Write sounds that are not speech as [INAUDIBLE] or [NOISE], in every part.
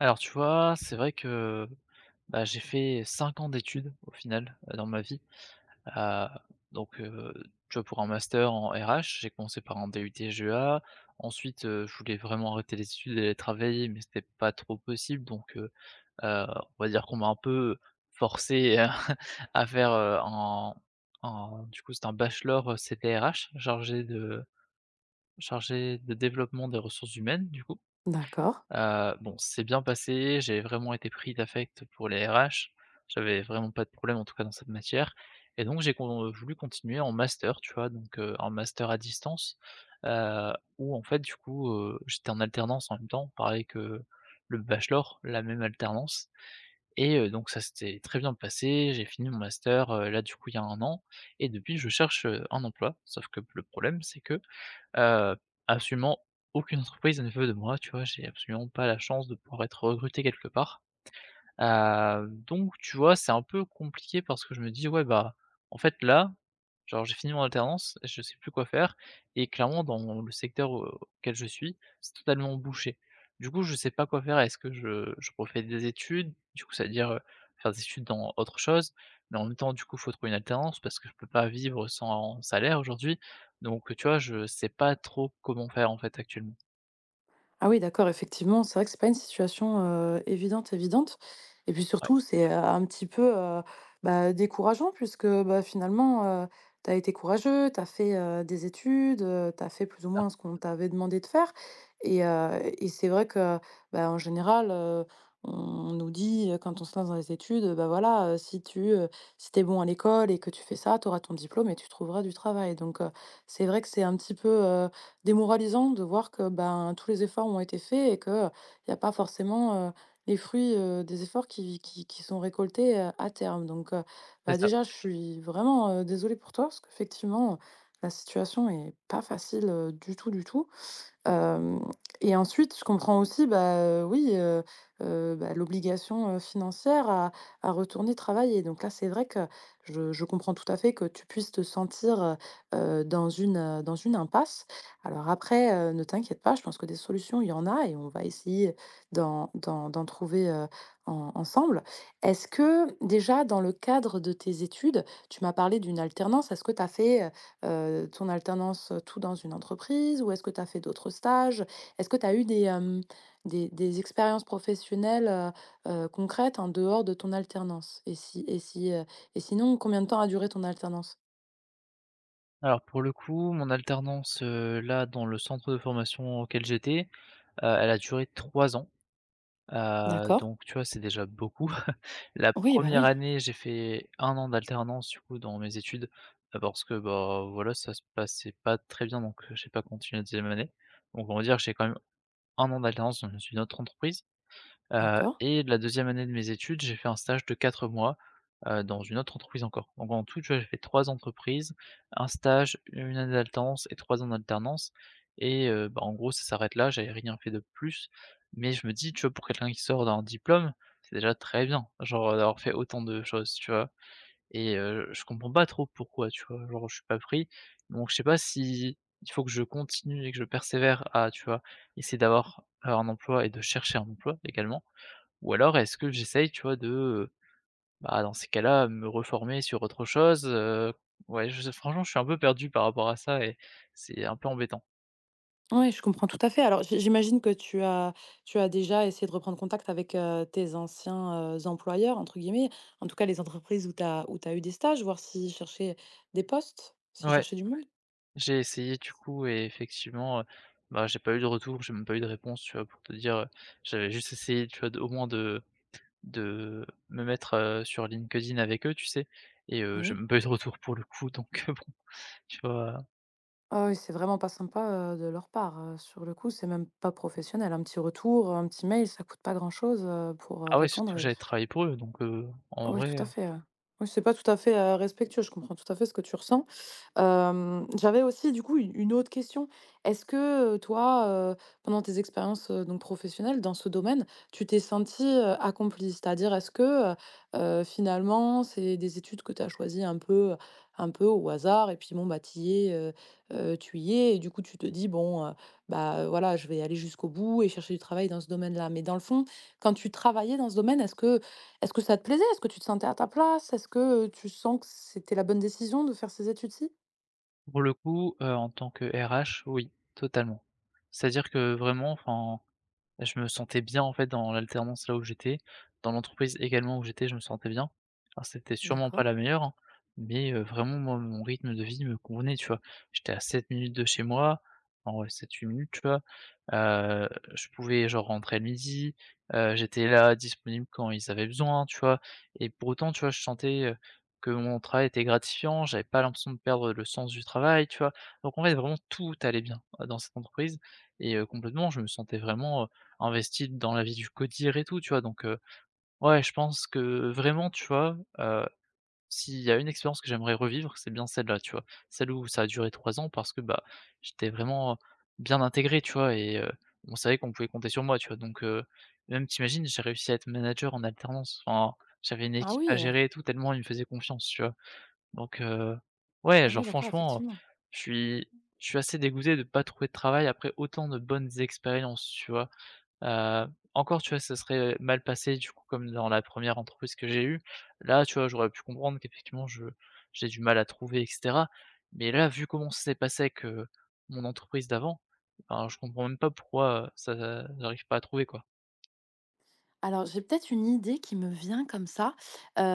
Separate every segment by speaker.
Speaker 1: Alors tu vois, c'est vrai que, bah, j'ai fait 5 ans d'études au final, dans ma vie. Heu, donc tu vois, pour un master en RH, j'ai commencé par un DUT GEA. Ensuite, je voulais vraiment arrêter les études et aller travailler, mais c'était pas trop possible donc heu, on va dire qu'on m'a un peu forcé, [LAUGHS] à faire, un du coup, c'est un bachelor, CDRH, chargé de développement des ressources humaines, du coup.
Speaker 2: D'accord.
Speaker 1: Bon, c'est bien passé, j'ai vraiment été pris d'affect pour les RH. J'avais vraiment pas de problème, en tout cas dans cette matière et donc j'ai con voulu continuer en master, tu vois? Donc, en master à distance, où en fait, du coup, j'étais en alternance en même temps, pareil que le bachelor, la même alternance et donc ça s'était très bien passé. J'ai fini mon master, là, du coup, il y a un an et depuis je cherche, un emploi. Sauf que le problème, c'est que, Heu, absolument aucune entreprise ne veut de moi, tu vois? J'ai absolument pas la chance de pouvoir être recruté quelque part. Donc tu vois, c'est un peu compliqué parce que je me dis: «Ouais, bah, en fait, là, genre, j'ai fini mon alternance, je sais plus quoi faire» et clairement dans le secteur auquel je suis, c'est totalement bouché. Du coup, je sais pas quoi faire. Est-ce que je refais des études? Du coup, c'est à dire, faire des études dans autre chose, mais en même temps, du coup, faut trouver une alternance parce que je peux pas vivre sans salaire aujourd'hui. Donc, tu vois, je sais pas trop comment faire, en fait, actuellement.
Speaker 2: Ah oui, d'accord, effectivement, c'est vrai que c'est pas une situation, évidente, évidente et puis
Speaker 1: Ouais,
Speaker 2: surtout, c'est, un petit peu, bah, décourageant puisque, bah, finalement, tu as été courageux, tu as fait, des études, tu as fait plus ou moins ce qu'on t'avait demandé de faire et c'est vrai que, bah, en général, on nous dit, quand on se lance dans les études, bah, voilà, si t'es bon à l'école et que tu fais ça, tu auras ton diplôme et tu trouveras du travail donc c'est vrai que c'est un petit peu, démoralisant de voir que, ben, tous les efforts ont été faits et qu'il y a pas forcément, les fruits, des efforts qui sont récoltés, à terme. Donc,
Speaker 1: c'est
Speaker 2: bah,
Speaker 1: ça.
Speaker 2: déjà, je suis vraiment, désolée pour toi parce qu'effectivement, la situation est pas facile, du tout, du tout. Hem et ensuite, je comprends aussi, bah, oui, bah, l'obligation, financière à retourner travailler. Donc là, c'est vrai que je comprends tout à fait que tu puisses te sentir, dans une impasse. Alors après, ne t'inquiète pas, je pense que des solutions, il y en a et on va essayer d'en trouver, en ensemble. Est-ce que déjà dans le cadre de tes études, tu m'as parlé d'une alternance, est-ce que tu as fait, ton alternance, tout dans une entreprise ou est-ce que tu as fait d'autres stages? Est-ce que tu as eu des, hem, des expériences professionnelles, concrètes en dehors de ton alternance? Et si et si, et sinon, combien de temps a duré ton alternance?
Speaker 1: Alors pour le coup, mon alternance, là, dans le centre de formation auquel j'étais, elle a duré 3 ans,
Speaker 2: D'accord.
Speaker 1: donc tu vois, c'est déjà beaucoup. [LAUGHS] La
Speaker 2: Oui, bah,
Speaker 1: première
Speaker 2: oui,
Speaker 1: année, j'ai fait un an d'alternance, du coup, dans mes études, parce que, bah, voilà, ça se passait pas très bien, donc, j'ai pas continué la deuxième année. Donc on va dire que j'ai quand même un an d'alternance dans une autre entreprise. Heu
Speaker 2: d'accord.
Speaker 1: et de la deuxième année de mes études, j'ai fait un stage de 4 mois, dans une autre entreprise encore. Donc en tout, tu vois, j'ai fait 3 entreprises, un stage, une année d'alternance et 3 ans d'alternance et bah, en gros, ça s'arrête là, j'avais rien fait de plus. Mais je me dis, tu vois, pour quelqu'un qui sort d'un diplôme, c'est déjà très bien, genre, d'avoir fait autant de choses, tu vois? Et je comprends pas trop pourquoi, tu vois? Genre, je suis pas pris. Donc je sais pas si il faut que je continue et que je persévère à, tu vois, essayer d'avoir, un emploi et de chercher un emploi également ou alors est-ce que j'essaye, tu vois, de, bah, dans ces cas-là, me reformer sur autre chose? Ouais, je franchement, je suis un peu perdu par rapport à ça et c'est un peu embêtant.
Speaker 2: Ouais, je comprends tout à fait. Alors j'imagine que tu as déjà essayé de reprendre contact avec, tes anciens, «employeurs» entre guillemets, en tout cas les entreprises où tu as eu des stages, voir s'ils cherchaient des postes, s'ils
Speaker 1: Ouais,
Speaker 2: cherchaient du monde?
Speaker 1: j'ai essayé du coup et effectivement, bah, j'ai pas eu de retour, j'ai même pas eu de réponse, tu vois? Pour te dire, j'avais juste essayé, tu vois, de au moins de me mettre, sur LinkedIn avec eux, tu sais? Et j'ai
Speaker 2: Oui.
Speaker 1: même pas eu de retour pour le coup donc, [LAUGHS] bon, tu vois?
Speaker 2: Ah oui, c'est vraiment pas sympa, de leur part, sur le coup, c'est même pas professionnel. Un petit retour, un petit mail, ça coûte pas grand-chose, pour,
Speaker 1: Ah ouais,
Speaker 2: répondre
Speaker 1: surtout que
Speaker 2: et
Speaker 1: j'avais travaillé pour eux donc, en
Speaker 2: Oui. Oui, tout
Speaker 1: vrai.
Speaker 2: à fait, ouais. Oui, c'est pas tout à fait, respectueux, je comprends tout à fait ce que tu ressens. J'avais aussi du coup u une autre question. Est-ce que, toi, pendant tes expériences, donc professionnelles dans ce domaine, tu t'es sentie, accomplie? C'est-à-dire est-ce que, heu finalement, c'est des études que tu as choisies un peu au hasard et puis bon, bah, tu y es et du coup tu te dis: «Bon, bah, voilà, je vais aller jusqu'au bout et chercher du travail dans ce domaine-là». Mais dans le fond, quand tu travaillais dans ce domaine, est-ce que ça te plaisait? Est-ce que tu te sentais à ta place? Est-ce que, tu sens que c'était la bonne décision de faire ces études-ci?
Speaker 1: Pour le coup, en tant que RH, oui, totalement. C'est-à-dire que vraiment, enfin, je me sentais bien, en fait, dans l'alternance là où j'étais. Dans l'entreprise également où j'étais, je me sentais bien. Alors c'était sûrement pas
Speaker 2: D'accord.
Speaker 1: la meilleure, hein, mais vraiment moi mon rythme de vie me convenait, tu vois? J'étais à 7 minutes de chez moi, en ouais sept huit minutes, tu vois? Heu, je pouvais genre rentrer le midi, j'étais là disponible quand ils avaient besoin, tu vois? Et pour autant, tu vois, je sentais, que mon travail était gratifiant, j'avais pas l'impression de perdre le sens du travail, tu vois? Donc en fait, vraiment tout allait bien, dans cette entreprise et complètement, je me sentais vraiment, investi dans la vie du codir et tout, tu vois? Donc ouais, je pense que vraiment, tu vois, s'il y a une expérience que j'aimerais revivre, c'est bien celle-là, tu vois? Celle où ça a duré 3 ans parce que, bah, j'étais vraiment bien intégré, tu vois? Et on savait qu'on pouvait compter sur moi, tu vois? Donc même t'imagines j'ai réussi à être manager en alternance. Enfin, j'avais une
Speaker 2: Ah
Speaker 1: équipe à
Speaker 2: oui!
Speaker 1: gérer et tout, tellement ils me faisaient confiance, tu vois? Donc ouais,
Speaker 2: Ah oui,
Speaker 1: genre
Speaker 2: d'accord,
Speaker 1: franchement,
Speaker 2: effectivement.
Speaker 1: je suis je suis assez dégoûté de pas trouver de travail après autant de bonnes expériences, tu vois? Heu, Encore, tu vois, ça serait mal passé, du coup, comme dans la première entreprise que j'ai eue. Là, tu vois, j'aurais pu comprendre qu'effectivement je j'ai du mal à trouver et cetera. Mais là, vu comment ça s'est passé avec, mon entreprise d'avant, ben, je comprends même pas pourquoi, ça j'arrive pas à trouver, quoi.
Speaker 2: Alors, j'ai peut-être une idée qui me vient comme ça.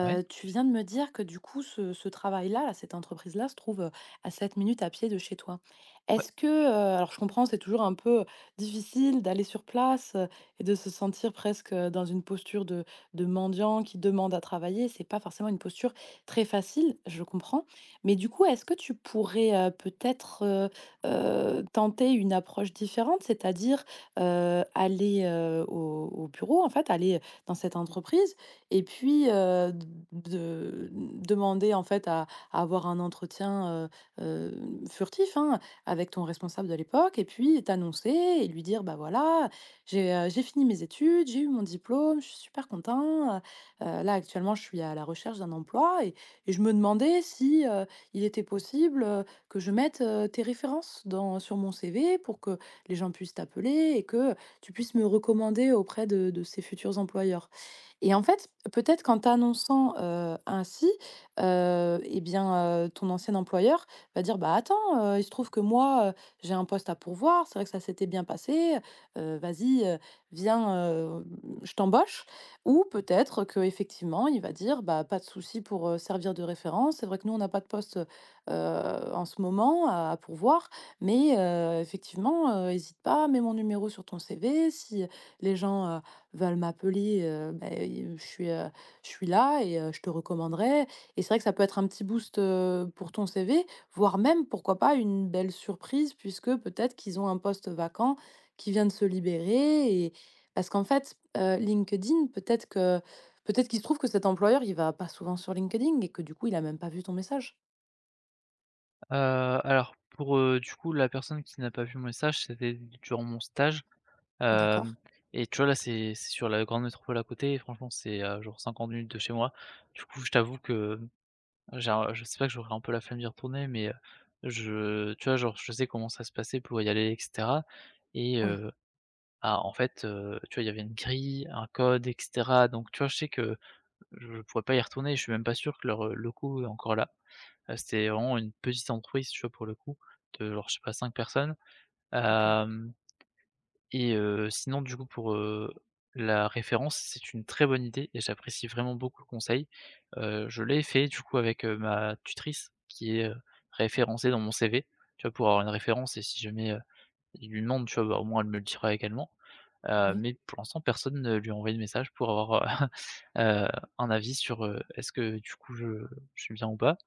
Speaker 1: Ouais.
Speaker 2: tu viens de me dire que du coup, ce travail-là, là, cette entreprise-là se trouve, à 7 minutes à pied de chez toi.
Speaker 1: Ouais,
Speaker 2: Est-ce que, alors je comprends, c'est toujours un peu difficile d'aller sur place, et de se sentir presque, dans une posture de mendiant qui demande à travailler. C'est pas forcément une posture très facile, je comprends. Mais du coup, est-ce que tu pourrais, peut-être, tenter une approche différente? C'est-à-dire, aller, au bureau, en fait, aller, dans cette entreprise et puis, d de demander, en fait, à avoir un entretien, heu, furtif, hein, avec ton responsable de l'époque et puis t'annoncer et lui dire: «Bah, voilà, j'ai fini mes études, j'ai eu mon diplôme, je suis super content, là, actuellement, je suis à la recherche d'un emploi et je me demandais si, il était possible, que je mette, tes références dans sur mon CV pour que, les gens puissent t'appeler et que tu puisses me recommander auprès de ces futurs employeurs. Et en fait, peut-être qu'en t'annonçant, ainsi, et bien, ton ancien employeur va dire: «Bah, attends, il se trouve que moi, j'ai un poste à pourvoir, c'est vrai que ça s'était bien passé, vas-y, viens, je t'embauche». Ou peut-être qu'effectivement, il va dire: «Bah, pas de souci pour, servir de référence. C'est vrai que nous, on n'a pas de poste, en ce moment à pourvoir, mais effectivement, hésite pas, mets mon numéro sur ton CV si les gens, veulent m'appeler, bah, je suis là et je te recommanderais et c'est vrai que ça peut être un petit boost, pour ton CV, voire même, pourquoi pas, une belle surprise puisque peut-être qu'ils ont un poste vacant qui vient de se libérer et parce qu'en fait, LinkedIn, peut-être qu'il se trouve que cet employeur, il va pas souvent sur LinkedIn et que du coup, il a même pas vu ton message.
Speaker 1: heu, alors pour, du coup, la personne qui n'a pas vu mon message, c'était durant mon stage, hem
Speaker 2: D'accord.
Speaker 1: et tu vois, là, c'est sur la grande métropole à côté et franchement, c'est à genre 50 minutes de chez moi. Du coup, je t'avoue que J'ai un je sais pas que j'aurais un peu la flemme d'y retourner, mais, je tu vois, genre, je sais comment ça se passait pour y aller et cetera et
Speaker 2: Oui.
Speaker 1: ah, en fait, tu vois, il y avait une grille, un code et cetera, donc tu vois, je sais que je pourrais pas y retourner. Je suis même pas sûr que leur locaux est encore là. C'était vraiment une petite entreprise, tu vois, pour le coup, de genre, je sais pas, 5 personnes,
Speaker 2: OK.
Speaker 1: hem Sinon du coup pour, la référence, c'est une très bonne idée et j'apprécie vraiment beaucoup le conseil. Je l'ai fait du coup avec, ma tutrice qui est, référencée dans mon CV, tu vois? Pour avoir une référence et si jamais, il lui demande, tu vois? Bah, au moins elle me le dira également. Heu,
Speaker 2: Oui.
Speaker 1: mais pour l'instant personne ne lui a envoyé de message pour avoir, heu heu, [LAUGHS] un avis sur, est-ce que du coup je suis bien ou pas?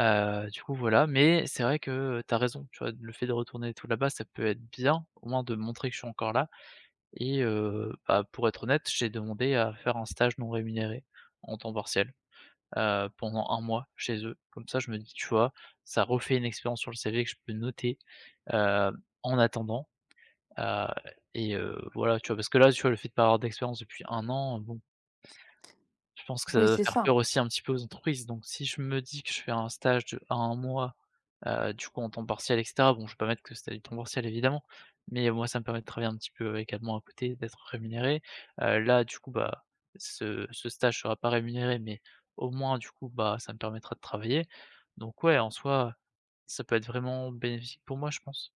Speaker 1: Du coup voilà, mais c'est vrai que, tu as raison, tu vois? Le fait de retourner tout là-bas, ça peut être bien, au moins de montrer que je suis encore là. Et bah, pour être honnête, j'ai demandé à faire un stage non rémunéré en temps partiel, pendant un mois chez eux. Comme ça, je me dis, tu vois, ça refait une expérience sur le CV que je peux noter, heu, en attendant, heu voilà, tu vois? Parce que là, tu vois, le fait de pas avoir d'expérience depuis un an, bon, je pense que ça
Speaker 2: Oui,
Speaker 1: doit
Speaker 2: c'est
Speaker 1: faire
Speaker 2: ça.
Speaker 1: peur aussi un petit peu aux entreprises. Donc si je me dis que je fais un stage de un mois. Du coup, en temps partiel et cetera, bon, je vais pas mettre que c'était du temps partiel évidemment, mais moi, ça me permet de travailler un petit peu également à côté, d'être rémunéré. Là, du coup, bah, ce stage sera pas rémunéré, mais au moins, du coup, bah, ça me permettra de travailler. Donc ouais, en soi, ça peut être vraiment bénéfique pour moi, je pense.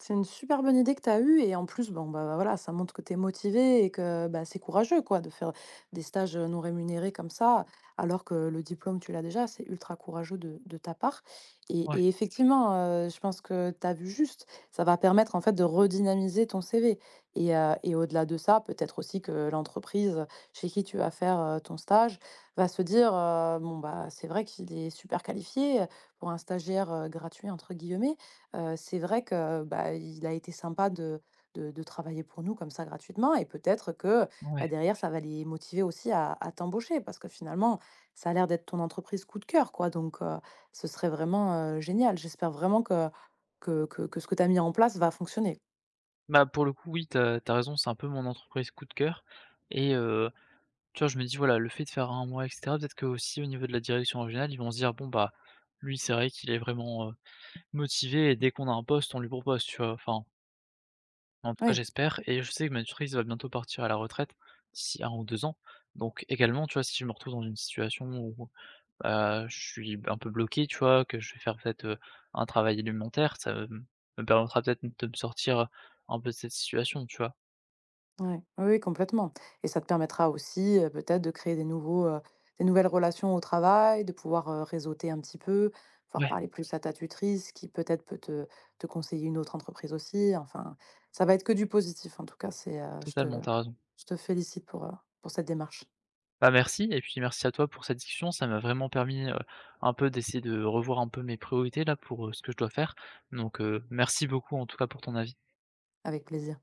Speaker 2: C'est une super bonne idée que tu as eue et en plus, bon, bah, voilà, ça montre que tu es motivé et que bah, c'est courageux quoi, de faire des stages non rémunérés comme ça, alors que le diplôme, tu l'as déjà, c'est ultra courageux de, ta part. Et,
Speaker 1: Ouais,
Speaker 2: et effectivement, je pense que tu as vu juste, ça va permettre en fait de redynamiser ton CV. Et au-delà de ça, peut-être aussi que l'entreprise chez qui tu vas faire ton stage va se dire, bon, bah, c'est vrai qu'il est super qualifié pour un stagiaire gratuit, entre guillemets. C'est vrai que, bah, il a été sympa de travailler pour nous comme ça gratuitement et peut-être que,
Speaker 1: ouais.
Speaker 2: bah, derrière ça va les motiver aussi à t'embaucher parce que finalement, ça a l'air d'être ton entreprise coup de cœur quoi donc ce serait vraiment, génial. J'espère vraiment que ce que tu as mis en place va fonctionner.
Speaker 1: Bah, pour le coup, oui, t'as raison, c'est un peu mon entreprise coup de cœur et tu vois, je me dis, voilà, le fait de faire un mois et cetera, peut-être que aussi au niveau de la direction régionale, ils vont se dire: «Bon, bah, lui, c'est vrai qu'il est vraiment, motivé et dès qu'on a un poste, on lui propose, tu vois? Enfin, en tout cas,
Speaker 2: Oui.
Speaker 1: j'espère et je sais que ma tutrice va bientôt partir à la retraite, d'ici un ou 2 ans. Donc également, tu vois, si je me retrouve dans une situation où, bah, je suis un peu bloqué, tu vois? Que je vais faire peut-être, un travail alimentaire, ça me permettra peut-être de me sortir un peu de cette situation, tu vois?
Speaker 2: Ouais. Oui, oui, complètement et ça te permettra aussi, peut-être de créer des nouvelles relations au travail, de pouvoir, réseauter un petit peu, pouvoir
Speaker 1: Ouais,
Speaker 2: parler plus à ta tutrice qui peut-être peut te conseiller une autre entreprise aussi. Enfin, ça va être que du positif en tout cas, c'est,
Speaker 1: totalement, t'as raison.
Speaker 2: je te félicite pour cette démarche,
Speaker 1: Bah, merci et puis merci à toi pour cette discussion. Ça m'a vraiment permis, un peu d'essayer de revoir un peu mes priorités là pour, ce que je dois faire. Donc, merci beaucoup en tout cas pour ton avis.
Speaker 2: avec plaisir.